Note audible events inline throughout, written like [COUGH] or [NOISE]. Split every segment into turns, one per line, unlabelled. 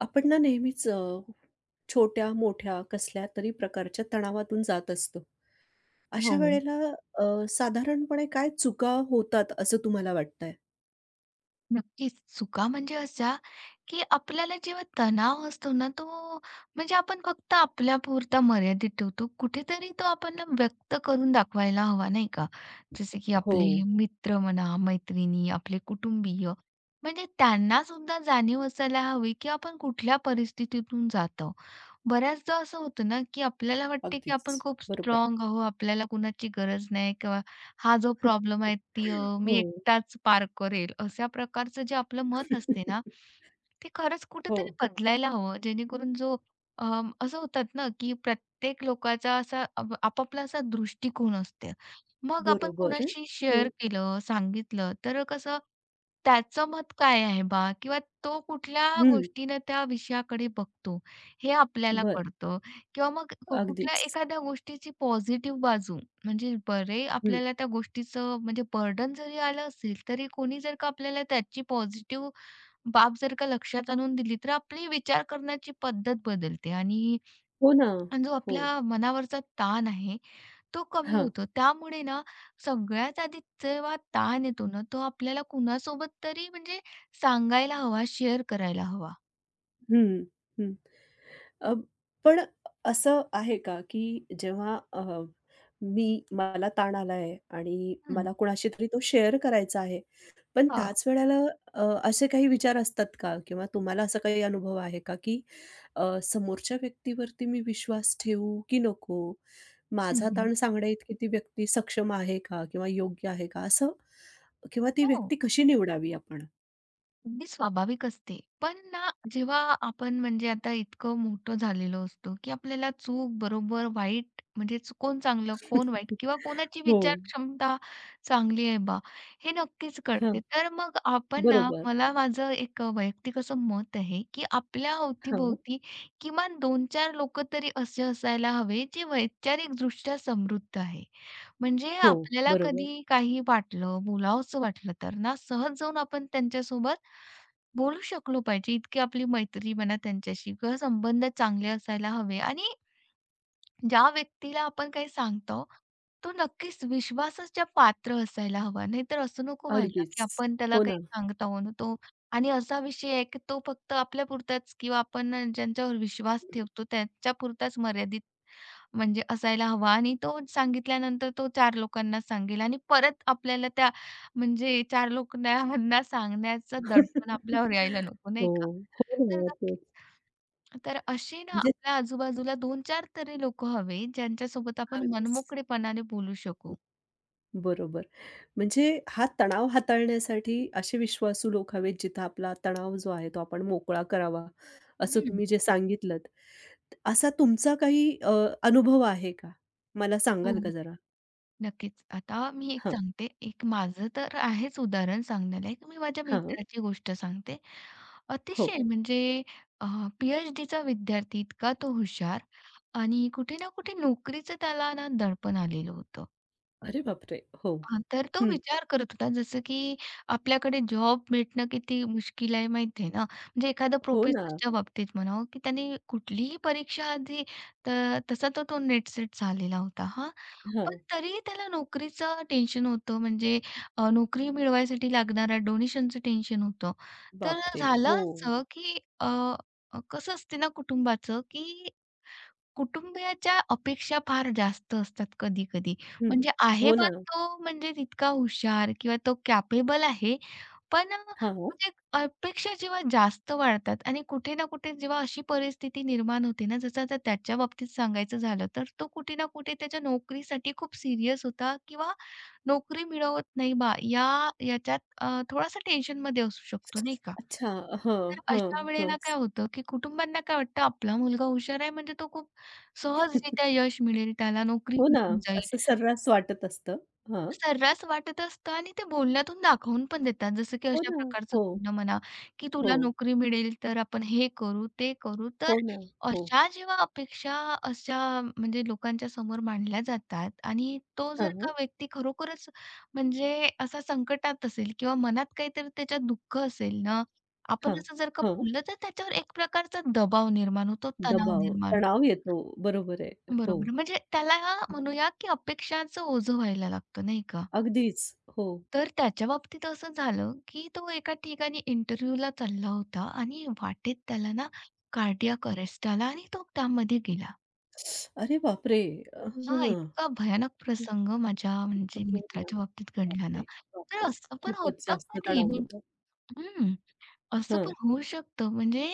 आपण ना नेहमीच छोट्या-मोठ्या कसल्यातरी प्रकारच्या तणावातून जात असतो. अशा
हो,
वेळेला अ, साधारणपणे काय चुका होतात असं तुम्हाला वाटतंय?
नक्कीच. चुका म्हणजे अशा, की आपल्याला जेव्हा तणाव असतो ना, तो म्हणजे आपण फक्त आपल्यापुरता मर्यादित ठेवतो. कुठेतरी तो आपण ना व्यक्त करून दाखवायला हवा, नाही का? जसे की आपले
हो,
मित्र म्हणा, मैत्रिणी, आपले कुटुंबीय, म्हणजे त्यांनासुद्धा जाणीव असायला हवी, की आपण कुठल्या परिस्थितीतून जातो. बऱ्याचदा असं होतं ना, की आपल्याला वाटते, की
अगदीच.
आपण खूप
बरोबर.
स्ट्राँग आहोत, आपल्याला कुणाची गरज नाही किंवा हा जो प्रॉब्लेम आहे ती
हो.
मी एकटाच पार करेल, अशा प्रकारचं जे आपलं मत असते ना,
[LAUGHS]
ते खरंच
हो,
कुठेतरी बदलायला हवं. जेणेकरून जो अ, असं होतात ना, की प्रत्येक लोकाचा असा आपापला असा दृष्टिकोन असते. मग आपण
बरोबर आहे.
कोणाशी
हो.
शेअर केलं, सांगितलं तर कसं त्याचं मत काय आहे बा? किंवा तो कुठल्या
हं.
गोष्टीनं त्या विषयाकडे बघतो, हे आपल्याला
बरं.
कळतं किंवा मग कुठल्या
अगदीच.
एखाद्या गोष्टीची पॉझिटिव्ह बाजू म्हणजे बरे
हं.
आपल्याला त्या गोष्टीचं म्हणजे बर्डन जरी आलं असेल, तरी कोणी जर का आपल्याला त्याची पॉझिटिव्ह बाब जर का लक्षात आणून दिली, तर आपली विचार करण्याची पद्धत बदलते आणि
हो ना.
आणि जो
हो.
आपल्या मनावरचा ताण आहे, तो कमी
हां.
होतो. त्यामुळे ना सगळ्यात आधी जेव्हा ताण येतो ना, तो आपल्याला कुणासोबत तरी म्हणजे सांगायला हवा, शेअर करायला हवा.
हं, हं. अ, पण असं आहे का, की जेव्हा मी मला ताण आलाय आणि
हं,
मला कुणाशी तरी तो शेअर करायचा आहे. पण
हां.
त्याच वेळेला अ, असे काही विचार असतात का? किंवा तुम्हाला असा काही अनुभव आहे का, की समोरच्या व्यक्तीवरती मी विश्वास ठेवू की नको?
हं,
माझा
हं.
ताण सांगण्याइतकी ती व्यक्ती सक्षम आहे का? किंवा योग्य आहे का? असं किंवा ती
हो,
व्यक्ती कशी निवडावी आपण?
अगदी स्वाभाविक असते. पण ना, जेव्हा आपण म्हणजे आता इतकं मोठं झालेलो असतो, की आपल्याला चूक, बरोबर, वाईट म्हणजे कोण चांगलं, कोण वाईट
[LAUGHS]
किंवा कोणाची
हो.
विचार क्षमता चांगली आहे बा, हे नक्कीच कळते.
हां.
तर मग आपण ना,
बरोबर.
मला माझं एक वैयक्तिक असं मत आहे, की आपल्या
हां.
अवतीभोवती किमान 2-4 लोकं तरी असे असायला हवे, जे वैचारिकदृष्ट्या समृद्ध आहे. म्हणजे
हो.
आपल्याला
बरोबर.
कधी काही वाटलं, बोलावसं वाटलं तर ना, सहज जाऊन आपण त्यांच्यासोबत बोलू शकलो पाहिजे. इतकी आपली मैत्री म्हणा त्यांच्याशी किंवा संबंध चांगले असायला हवे आणि ज्या व्यक्तीला आपण काही सांगतो, तो नक्कीच विश्वासाच्या पात्र असायला हवा. नाहीतर असं नको व्हायला, की
अगदीच.
आपण त्याला
हो
काही
ना.
सांगत आहोत आणि तो आणि असा विषय आहे, की तो फक्त आपल्यापुरताच किंवा आपण ज्यांच्यावर विश्वास ठेवतो त्यांच्यापुरताच मर्यादित म्हणजे असायला हवा आणि तो सांगितल्यानंतर तो 4 लोकांना सांगेल आणि परत आपल्याला त्या म्हणजे 4 लोकांना सांगण्याचं दडपण
[LAUGHS]
आपल्यावर यायला नको, नाही
हो,
का?
हो
तर
ना,
नक्कीच.
तेच.
तर असे ना
म्हणजे
आपल्या आजूबाजूला 2-4 तरी लोकं हवे, ज्यांच्यासोबत आपण
अगदीच.
मनमोकळेपणाने बोलू
हो,
शकू.
बरोबर. म्हणजे हा तणाव हाताळण्यासाठी असे विश्वासू लोक हवेत, जिथं आपला तणाव जो आहे, तो आपण मोकळा करावा, असं
हं.
तुम्ही जे सांगितलंत. असा तुमचा काही अनुभव आहे का? मला
हो.
सांगाल का जरा?
नक्कीच. आता मी एक
हां,
सांगते, एक माझं तर आहेच उदाहरण सांगण्यालायक. मी माझ्या
हां.
मित्राची गोष्ट सांगते.
हो.
अतिशय म्हणजे अ, पी-एच-डीचा विद्यार्थी इतका तो हुशार आणि कुठे ना कुठे नोकरीचं त्याला ना दडपण आलेलं होतं.
अरे बापरे! हो.
हां, तर तो
हं.
विचार करत होता जसं की आपल्याकडे जॉब भेटणं किती मुश्किल आहे माहिती आहे ना. म्हणजे एखाद्या
हो ना.
प्रोफेसरच्या बाबतीत म्हणावं की त्याने कुठलीही परीक्षा आधी तर तसा तो, तो नेट-सेट झालेला होता. हां, पण
हां.
तरीही त्याला नोकरीचं टेन्शन होतं म्हणजे नोकरी मिळवायसाठी लागणाऱ्या डोनेशनचं टेन्शन होतं. तर
बापरे!
झालं
हो.
असं, की अ, अ, कसं असते ना कुटुंबाचं, की कुटुंबियाच्या अपेक्षा फार जास्त असतात कधी-कधी.
हं.
म्हणजे आहे
हो
बा
ना.
तो म्हणजे तितका हुशार किंवा तो कॅपेबल आहे, पण
हां.
म्हणजे अपेक्षा जेव्हा जास्त वाढतात आणि कुठे ना कुठे जेव्हा अशी परिस्थिती निर्माण होते ना, जसं आता त्याच्या बाबतीत सांगायचं झालं, तर तो कुठे ना कुठे त्याच्या नोकरीसाठी खूप सीरियस होता किंवा नोकरी मिळवत नाही बा, या याच्यात थोडासा टेन्शनमध्ये असू शकतो, नाही का?
अच्छा.
तर
हं,
अशा
हं, हं.
वेळेला काय होतं, की कुटुंबांना काय वाटतं, आपला मुलगा हुशार आहे म्हणजे तो खूप सहजरित्या यश मिळेल, त्याला नोकरी
हो ना,
मिळून
असं
जाईल.
सर्रास वाटत असतं. हां.
सर्रास वाटत असतं आणि ते बोलण्यातून दाखवून पण देतात. जसं की
हो
अशा
ना.
प्रकारचं
हो,
बोलणं म्हणा, की
हो.
तुला नोकरी मिळेल तर आपण हे करू, ते करू. तर
हो ना. हो.
अशा जेव्हा अपेक्षा अशा म्हणजे लोकांच्या समोर मांडल्या जातात आणि तो
हां,
जर
हां,
का व्यक्ती खरोखरच म्हणजे असा संकटात असेल किंवा मनात काहीतरी त्याच्यात दुःख असेल ना, आपण असं जर का
हां.
बोललं तर त्याच्यावर एक प्रकारचा दबाव निर्माण होतो, तणाव
दबाव,
निर्माण
तणाव येतो. बरोबर आहे. हो,
बरोबर. म्हणजे त्याला म्हणूया की अपेक्षांचं ओझं व्हायला लागतं, नाही का?
अगदीच. हो.
तर त्याच्या बाबतीत असं झालं, की तो एका ठिकाणी इंटरव्ह्यूला चालला होता आणि वाटेत त्याला ना कार्डियाक अरेस्ट आला आणि तो त्यामध्ये गेला.
अरे बापरे!
हा
हां.
इतका भयानक प्रसंग माझ्या म्हणजे
हो ना.
मित्राच्या बाबतीत घडला
बापरे!
ना, तर
बापरे!
असं पण
खूपच
होतं
जास्त
कधी
तणाव होतो.
हं, असं पण
हां,
होऊ शकतं. म्हणजे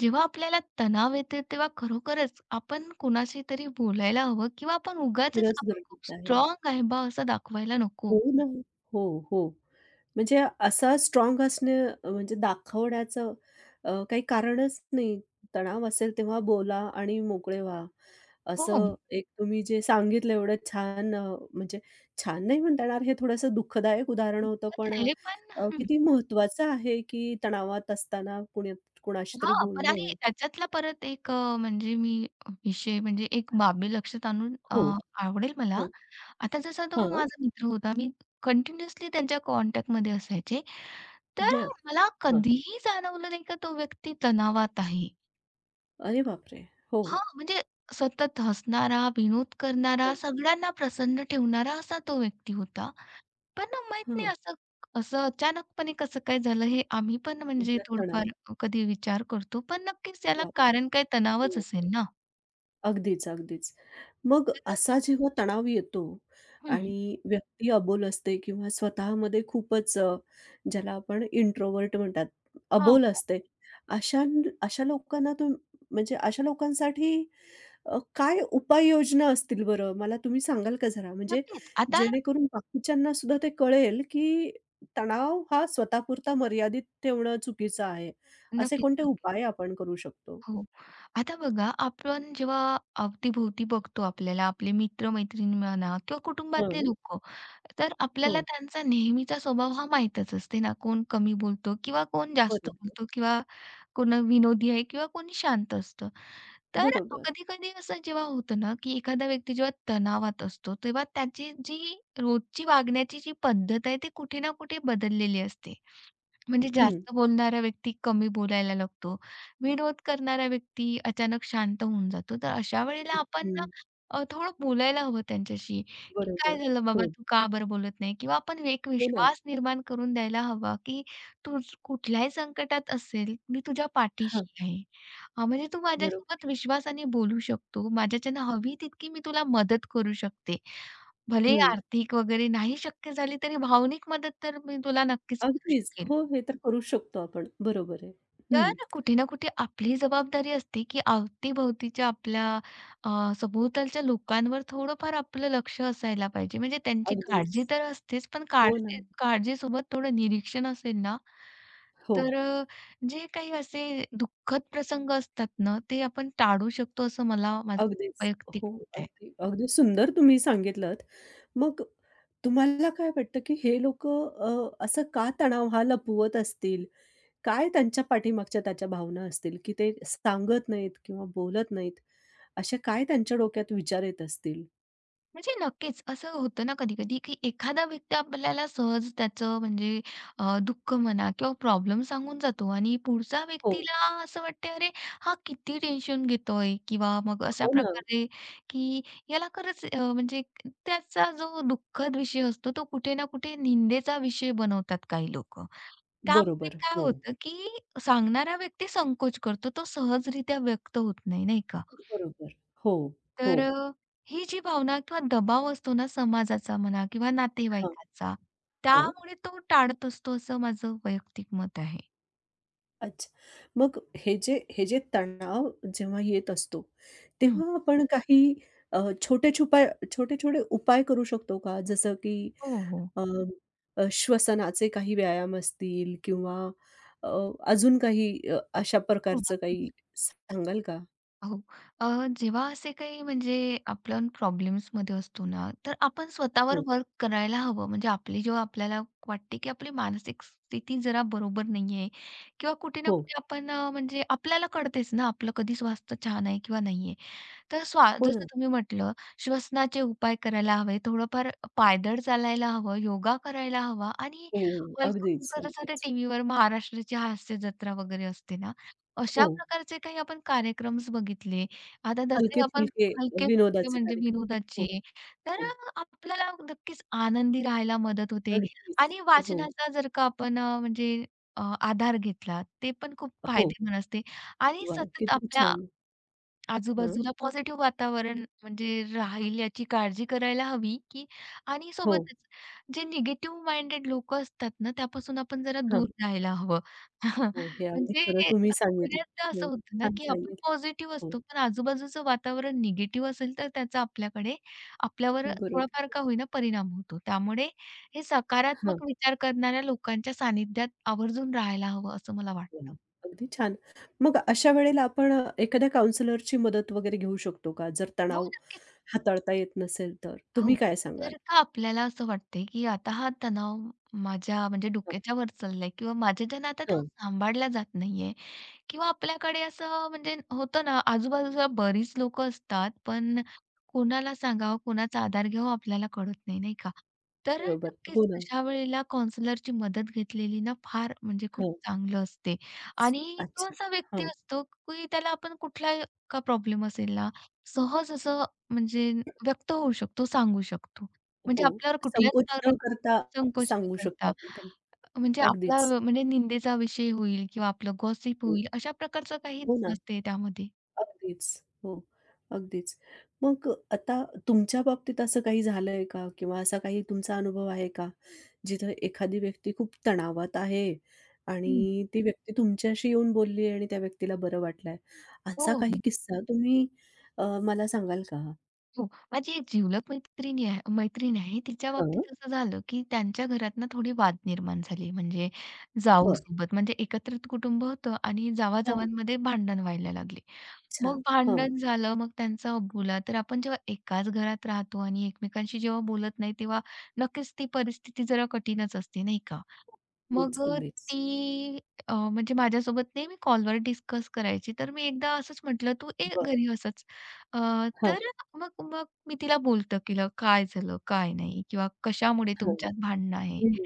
जेव्हा आपल्याला तणाव येते तेव्हा खरोखरच आपण कुणाशी तरी बोलायला हवं किंवा आपण उगाचच
खरंच
आपण खूप
गरजेचं आहे.
स्ट्राँग आहे बा असं दाखवायला नको.
हो ना. हो, हो. म्हणजे असा स्ट्राँग असणं म्हणजे दाखवण्याचं काही कारणच नाही. तणाव असेल तेव्हा बोला आणि मोकळे व्हा.
हो,
असं एक तुम्ही जे सांगितलं एवढं छान म्हणजे छान नाही म्हणता येणार हे थोडंसं दुःखदायक उदाहरण होतं
दुखत
पण
आहे पण
किती महत्त्वाचं आहे, की तणावात असताना कुण्या कुणाशी तरी
हां, पण आणि
बोलणं.
त्याच्यातला परत एक म्हणजे मी विषय म्हणजे एक बाबी लक्षात आणून
हो.
आवडेल मला.
हां,
आता जसा तो
हां.
माझा मित्र होता, मी कंटिन्युअसली त्यांच्या कॉन्टॅक्टमध्ये असायचे. तर
बरं.
मला
हां.
कधीही जाणवलं नाही का तो व्यक्ती तणावात आहे.
अरे बापरे! हो.
हां, म्हणजे सतत हसणारा, विनोद करणारा, सगळ्यांना प्रसन्न ठेवणारा असा तो व्यक्ती होता. पण ना माहीत
हां,
नाही
हां.
असं असं अचानकपणे कसं काय झालं हे आम्ही पण म्हणजे
इथला तणाव.
थोडंफार कधी विचार करतो. पण नक्कीच त्याला
बापरे!
कारण काही तणावच
हो.
असेल ना.
अगदीच, अगदीच. मग
तर
असा जेव्हा तणाव येतो
हं.
आणि व्यक्ती अबोल असते किंवा स्वतःमध्ये खूपच ज्याला आपण इंट्रोवर्ट म्हणतात,
हां,
अबोल असते. अशा अशा लोकांना तुम म्हणजे अशा लोकांसाठी काय उपाययोजना असतील बरं? मला तुम्ही सांगाल का जरा? म्हणजे
नक्कीच. आता
जेणेकरून बाकीच्यांना सुद्धा ते कळेल, की तणाव हा स्वतःपुरता मर्यादित ठेवणं चुकीचं आहे. असे
नक्कीच,
कोणते
नक्कीच.
उपाय आपण करू शकतो?
हो. आता बघा, आपण जेव्हा अवतीभोवती बघतो आपल्याला आपले मित्र-मैत्रिणी म्हणा किंवा कुटुंबातले
हं.
लोकं, तर आपल्याला
हो.
त्यांचा नेहमीचा स्वभाव हा माहीतच असते ना, कोण कमी बोलतो किंवा कोण जास्त
बरोबर.
बोलतो किंवा कोण विनोदी आहे किंवा कोणी शांत असतं. तर
बरोबर.
कधी-कधी असं जेव्हा होतं ना, की एखादा व्यक्ती जेव्हा तणावात असतो, तेव्हा त्याची जी रोजची वागण्याची जी पद्धत आहे, ती कुठे ना कुठे बदललेली असते. म्हणजे
[CLEARS THROAT] हं.
जास्त बोलणारा व्यक्ती कमी बोलायला लागतो. विनोद करणारा व्यक्ती अचानक शांत होऊन जातो. तर अशा वेळेला आपण ना
हं.
थोडं बोलायला हवं त्यांच्याशी, की "काय
बरोबर.
झालं बाबा,
हो.
तू का बरं बोलत नाही?" किंवा आपण एक
हो ना.
विश्वास निर्माण करून द्यायला हवा, की " कुठल्याही संकटात असेल, मी तुझ्या
हां,
पाठीशी आहे. म्हणजे तू
बरोबर.
माझ्यासोबत विश्वासाने बोलू शकतो. माझ्याच्यानं हवी तितकी मी तुला मदत करू शकते. भले
हं.
आर्थिक वगैरे नाही शक्य झाली, तरी भावनिक मदत तर मी तुला नक्कीच करू
अगदीच.
शकेल."
हो, हे तर करू शकतो आपण. बरोबर आहे. हं.
तर कुठे ना कुठे आपली जबाबदारी असते, की अवतीभोवतीच्या आपल्या अ, सभोवतालच्या लोकांवर थोडंफार आपलं लक्ष असायला पाहिजे. म्हणजे त्यांची काळजी
अगदीच.
तर असतेच, पण
हो ना.
काळजी काळजीसोबत थोडं निरीक्षण असेल ना,
हो.
तर जे काही असे दुःखद प्रसंग असतात ना, ते आपण टाळू शकतो असं मला माझं
अगदीच.
वैयक्तिक
हो.
मत आहे.
अगदी अगदी सुंदर तुम्ही सांगितलत. मग तुम्हाला काय वाटतं, की हे लोकं असं का तणाव हा लपवत असतील? काय त्यांच्या पाठीमागच्या त्याच्या भावना असतील, की ते सांगत नाहीत किंवा बोलत नाहीत? असे काय त्यांच्या डोक्यात विचार येत असतील?
म्हणजे नक्कीच. असं होतं ना कधी-कधी, की एखादा व्यक्ती आपल्याला सहज त्याचं म्हणजे दुःख म्हणा किंवा प्रॉब्लेम सांगून जातो आणि पुढचा
हो.
व्यक्तीला असं वाटते, "अरे, हा किती टेन्शन घेतोय" किंवा मग अशा
हो ना.
प्रकारे, की याला खरंच म्हणजे त्याचा जो दुःखद विषय असतो, तो कुठे ना कुठे निंदेचा विषय बनवतात काही लोकं. त्यामुळे
बरोबर.
काय
हो.
होतं, की सांगणारा व्यक्ती संकोच करतो. तो सहजरित्या व्यक्त होत नाही, नाही का?
बरोबर. हो, हो,
तर ही जी भावना किंवा दबाव असतो ना समाजाचा म्हणा किंवा
हां.
नातेवाईकाचा,
हो.
त्यामुळे तो टाळत असतो असं माझं वैयक्तिक मत आहे.
अच्छा. मग हे जे हे जे तणाव जेव्हा येत असतो,
हं.
तेव्हा आपण काही छोटे-छुपाय छोटे-छोटे उपाय करू शकतो का? जसं की
हो, हो.
अ, अ, श्वसनाचे काही व्यायाम असतील किंवा अ, अजून काही अशा
हो,
प्रकारचं
नक्कीच.
काही सांगाल का?
हो. अ, जेव्हा असे काही म्हणजे आपण प्रॉब्लेम्समध्ये असतो ना, तर आपण स्वतःवर
हो,
वर्क करायला हवं. म्हणजे आपली जेव्हा आपल्याला वाटते, की आपली मानसिक स्थिती जरा बरोबर नाहीये किंवा कुठे ना
हो.
कुठे आपण म्हणजे आपल्याला कळतेच ना आपलं कधी स्वास्थ्य छान आहे किंवा नाहीये. तर
हो ना.
जसं तुम्ही म्हटलं, श्वसनाचे उपाय करायला हवे, थोडंफार पायदळ चालायला हवं, योगा करायला हवा आणि
हो, अगदीच,
हलकं-फुलकं जसं ते
अगदीच.
टीव्हीवर महाराष्ट्राची हास्य जत्रा वगैरे असते ना,
हो.
अशा प्रकारचे काही आपण कार्यक्रम्स बघितले. आता जसे आपण
हलके-फुलके
हलके-फुलके
विनोदाचे
म्हणजे
कार्यक्रम. हो,
विनोदाचे, तर
हो.
आपल्याला नक्कीच आनंदी राहायला मदत होते
अगदीच.
आणि
हो,
वाचनाचा जर का आपण म्हणजे आधार घेतला, ते पण खूप
हो.
फायदेशीर असते आणि
वाह!
सतत
किती
आपल्या
छान. हं.
आजूबाजूला पॉझिटिव्ह वातावरण म्हणजे राहील याची काळजी करायला हवी, की आणि
हो.
सोबतच जे निगेटिव्ह माइंडेड लोकं असतात ना, त्यापासून आपण जरा
हां.
दूर राहायला हवं.
हो. हे
[LAUGHS]
अगदी
म्हणजे
खरं तुम्ही सांगितलं.
बऱ्याचदा असं
हो.
होतं ना,
छान
की आपण
सांगितलं.
पॉझिटिव्ह
हो.
असतो, पण आजूबाजूचं वातावरण निगेटिव्ह असेल, तर त्याचा आपल्याकडे आपल्यावर
बरोबर.
थोडाफार का होईना परिणाम होतो. त्यामुळे हे
हां.
सकारात्मक विचार करणाऱ्या लोकांच्या सानिध्यात आवर्जून राहायला हवं, असं मला
वाह!
वाटतं.
अगदी छान. मग अशा वेळेला आपण एखाद्या काउंसलरची मदत वगैरे घेऊ शकतो का? जर
हो,
तणाव
नक्कीच.
हाताळता येत नसेल तर?
हो.
तुम्ही काय सांगाल?
जर का आपल्याला असं वाटतंय, की आता हा तणाव माझ्या म्हणजे
हां.
डोक्याच्या वर चाललाय किंवा माझ्याच्यानं आता तो
हां.
सांभाळला जात नाहीये. किंवा आपल्याकडे असं म्हणजे होतं ना, आजूबाजूला बरीच लोकं असतात, पण कोणाला सांगावं, कोणाचा आधार घ्यावा आपल्याला कळत नाही, नाही का? तर
बरोबर.
नक्कीच
हो ना.
अशा वेळेला काउंसलरची मदत घेतलेली ना फार म्हणजे खूप
हां.
चांगलं असते आणि तो
अच्छा.
असा व्यक्ती
हां.
असतो, की त्याला आपण कुठलाही का प्रॉब्लेम असेल ना, सहज असं म्हणजे व्यक्त होऊ शकतो, सांगू शकतो.
हो.
म्हणजे आपल्यावर कुठल्याच
संकोच न करता
प्रकारचा संकोच न
सांगू शकतो
करता.
आपण त्यांना.
म्हणजे आपला
अगदीच.
म्हणजे निंदेचा विषय होईल किंवा आपलं गॉसिप
हो.
होईल अशा प्रकारचं काहीच
हो ना.
नसते त्यामध्ये.
अगदीच. हो, अगदीच. मग आता तुमच्या बाबतीत असं काही झालंय का? किंवा असा काही तुमचा अनुभव आहे का? जिथं एखादी व्यक्ती खूप तणावात आहे
हं.
आणि ती व्यक्ती तुमच्याशी येऊन बोलली आहे आणि त्या व्यक्तीला बरं वाटलंय.
हो,
असा काही
हो,
किस्सा तुम्ही मला सांगाल का?
हो. माझी एक जिवलग मैत्रिणी आहे मैत्रीण आहे. तिच्या
हां,
बाबतीत असं झालं, की त्यांच्या घरात ना थोडे वाद निर्माण झाले. म्हणजे
बरं.
जाऊसोबत म्हणजे एकत्रित कुटुंब होतं आणि जावा
हां,
भांडण व्हायला लागले.
अच्छा.
मग
हां,
भांडण झालं, मग त्यांचा बोला तर आपण जेव्हा एकाच घरात राहतो आणि एकमेकांशी जेव्हा बोलत नाही, तेव्हा नक्कीच ती परिस्थिती जरा कठीणच असते, नाही का? मग
अगदीच, अगदीच.
ती म्हणजे माझ्यासोबत नाही, मी कॉलवर डिस्कस करायची. तर मी एकदा असंच म्हटलं, "तू ये
बरं.
घरी असंच." अ,
हां,
तर मग मग मी तिला बोलतं केलं, "काय झालं? काय नाही? किंवा कशामुळे
हां.
तुमच्यात भांडणं आहे?"
हं,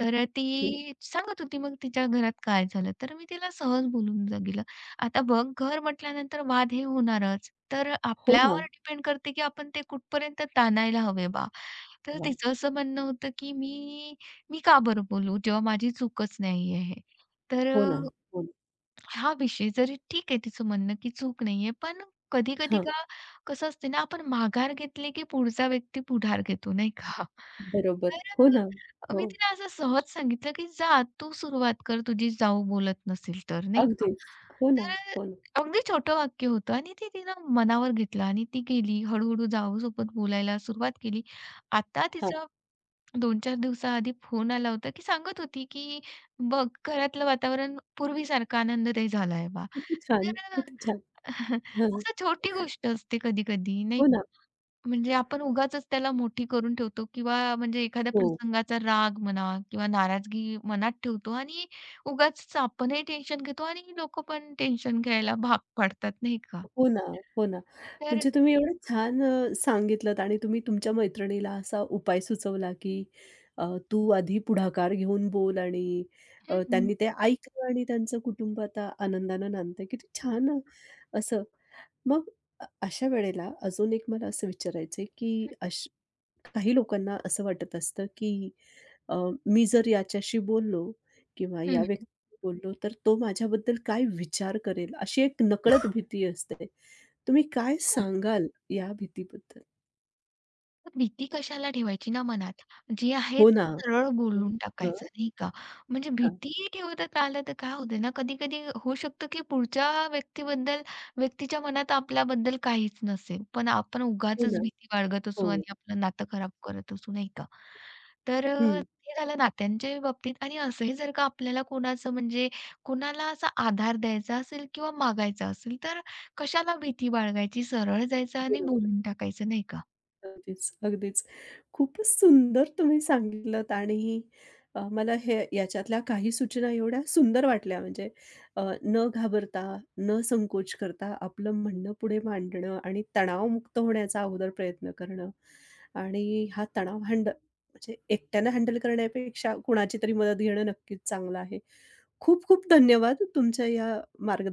तर
हं.
ती सांगत होती मग तिच्या घरात काय झालं. तर मी तिला सहज बोलून गेलं. आता बघ घर म्हटल्यानंतर वाद हे होणारच. तर
हो ना.
आपल्यावर डिपेंड करते, की आपण ते कुठपर्यंत ताणायला हवे बा. तर
वाह!
तिचं असं म्हणणं होतं, की "मी का बरं बोलू जेव्हा माझी चूकच नाही आहे? तर
हो ना, हो ना.
हा विषय जरी ठीक आहे तिचं म्हणणं, की चूक नाहीये, पण कधी-कधी
हां,
का कसं असते ना, आपण माघार घेतली, की पुढचा व्यक्ती पुढार घेतो नाही का?
बरोबर.
तर
हो ना. हो.
मी तिला असं सहज सांगितलं, की "जा तू सुरुवात कर, तुझी जाऊ बोलत नसेल तर." नाही का?
अगदीच. हो ना,
तर
हो ना.
अगदी छोटं वाक्य होतं आणि ते तिनं मनावर घेतलं आणि ती गेली. हळू-हळू जाऊसोबत बोलायला सुरुवात केली. आता
हां.
तिचा 2-4 दिवसाआधी फोन आला होता, की सांगत होती, की "बघ घरातलं वातावरण पूर्वीसारखं आनंददायी झालंय बा."
किती छान,
तर
किती छान.
[LAUGHS]
हां.
असं छोटी गोष्ट असते कधी-कधी नाही
हो ना.
का? म्हणजे आपण उगाचच त्याला मोठी करून ठेवतो किंवा म्हणजे एखाद्या
हो,
प्रसंगाचा राग म्हणा किंवा नाराजगी मनात ठेवतो आणि उगाचच आपणही टेन्शन घेतो आणि लोकं पण टेन्शन घ्यायला भाग पाडतात नाही का?
हो ना, हो ना.
तर
म्हणजे तुम्ही एवढं छान सांगितलत आणि तुम्ही तुमच्या मैत्रिणीला असा उपाय सुचवला, की तू आधी पुढाकार घेऊन बोल आणि
हं, हं.
त्यांनी ते ऐकलं आणि त्यांचं कुटुंब आता आनंदानं नांदतंय. किती छान असं. मग अशा वेळेला अजून एक मला असं विचारायचंय, की
हं,
अश काही लोकांना असं वाटत असतं, की अ, मी जर याच्याशी बोललो किंवा या व्यक्तीशी बोललो, तर तो माझ्याबद्दल काय विचार करेल, अशी एक नकळत [LAUGHS] भीती असते. तुम्ही काय सांगाल या भीतीबद्दल?
तर भीती कशाला ठेवायची ना मनात. जे आहे
हो
ते
ना.
सरळ
हो. हं.
बोलून टाकायचं,
हां,
नाही का? म्हणजे
हां.
भीती ठेवत आलं तर काय होतं ना, कधी-कधी होऊ शकतं की पुढच्या व्यक्तीबद्दल व्यक्तीच्या मनात आपल्याबद्दल काहीच नसेल. पण आपण
हो ना.
उगाचच भीती बाळगत
हो.
असू आणि आपलं नातं खराब करत असू, नाही का? तर
हं.
हे झालं नात्यांच्या बाबतीत आणि असंही जर का आपल्याला कोणाचं म्हणजे कोणाला असा आधार द्यायचा असेल किंवा मागायचा असेल, तर कशाला भीती बाळगायची? सरळ जायचं आणि
बरोबर.
बोलून टाकायचं, नाही का?
अगदीच, अगदीच. खूपच सुंदर तुम्ही सांगितलत आणि मला हे याच्यातल्या काही सूचना एवढ्या सुंदर वाटल्या म्हणजे न घाबरता, न संकोच करता आपलं म्हणणं पुढे मांडणं आणि तणावमुक्त होण्याचा अगोदर प्रयत्न करणं आणि हा तणाव हँड म्हणजे एकट्यानं हँडल करण्यापेक्षा कुणाची तरी मदत घेणं नक्कीच चांगलं आहे. खूप खूप धन्यवाद तुमच्या या मार्ग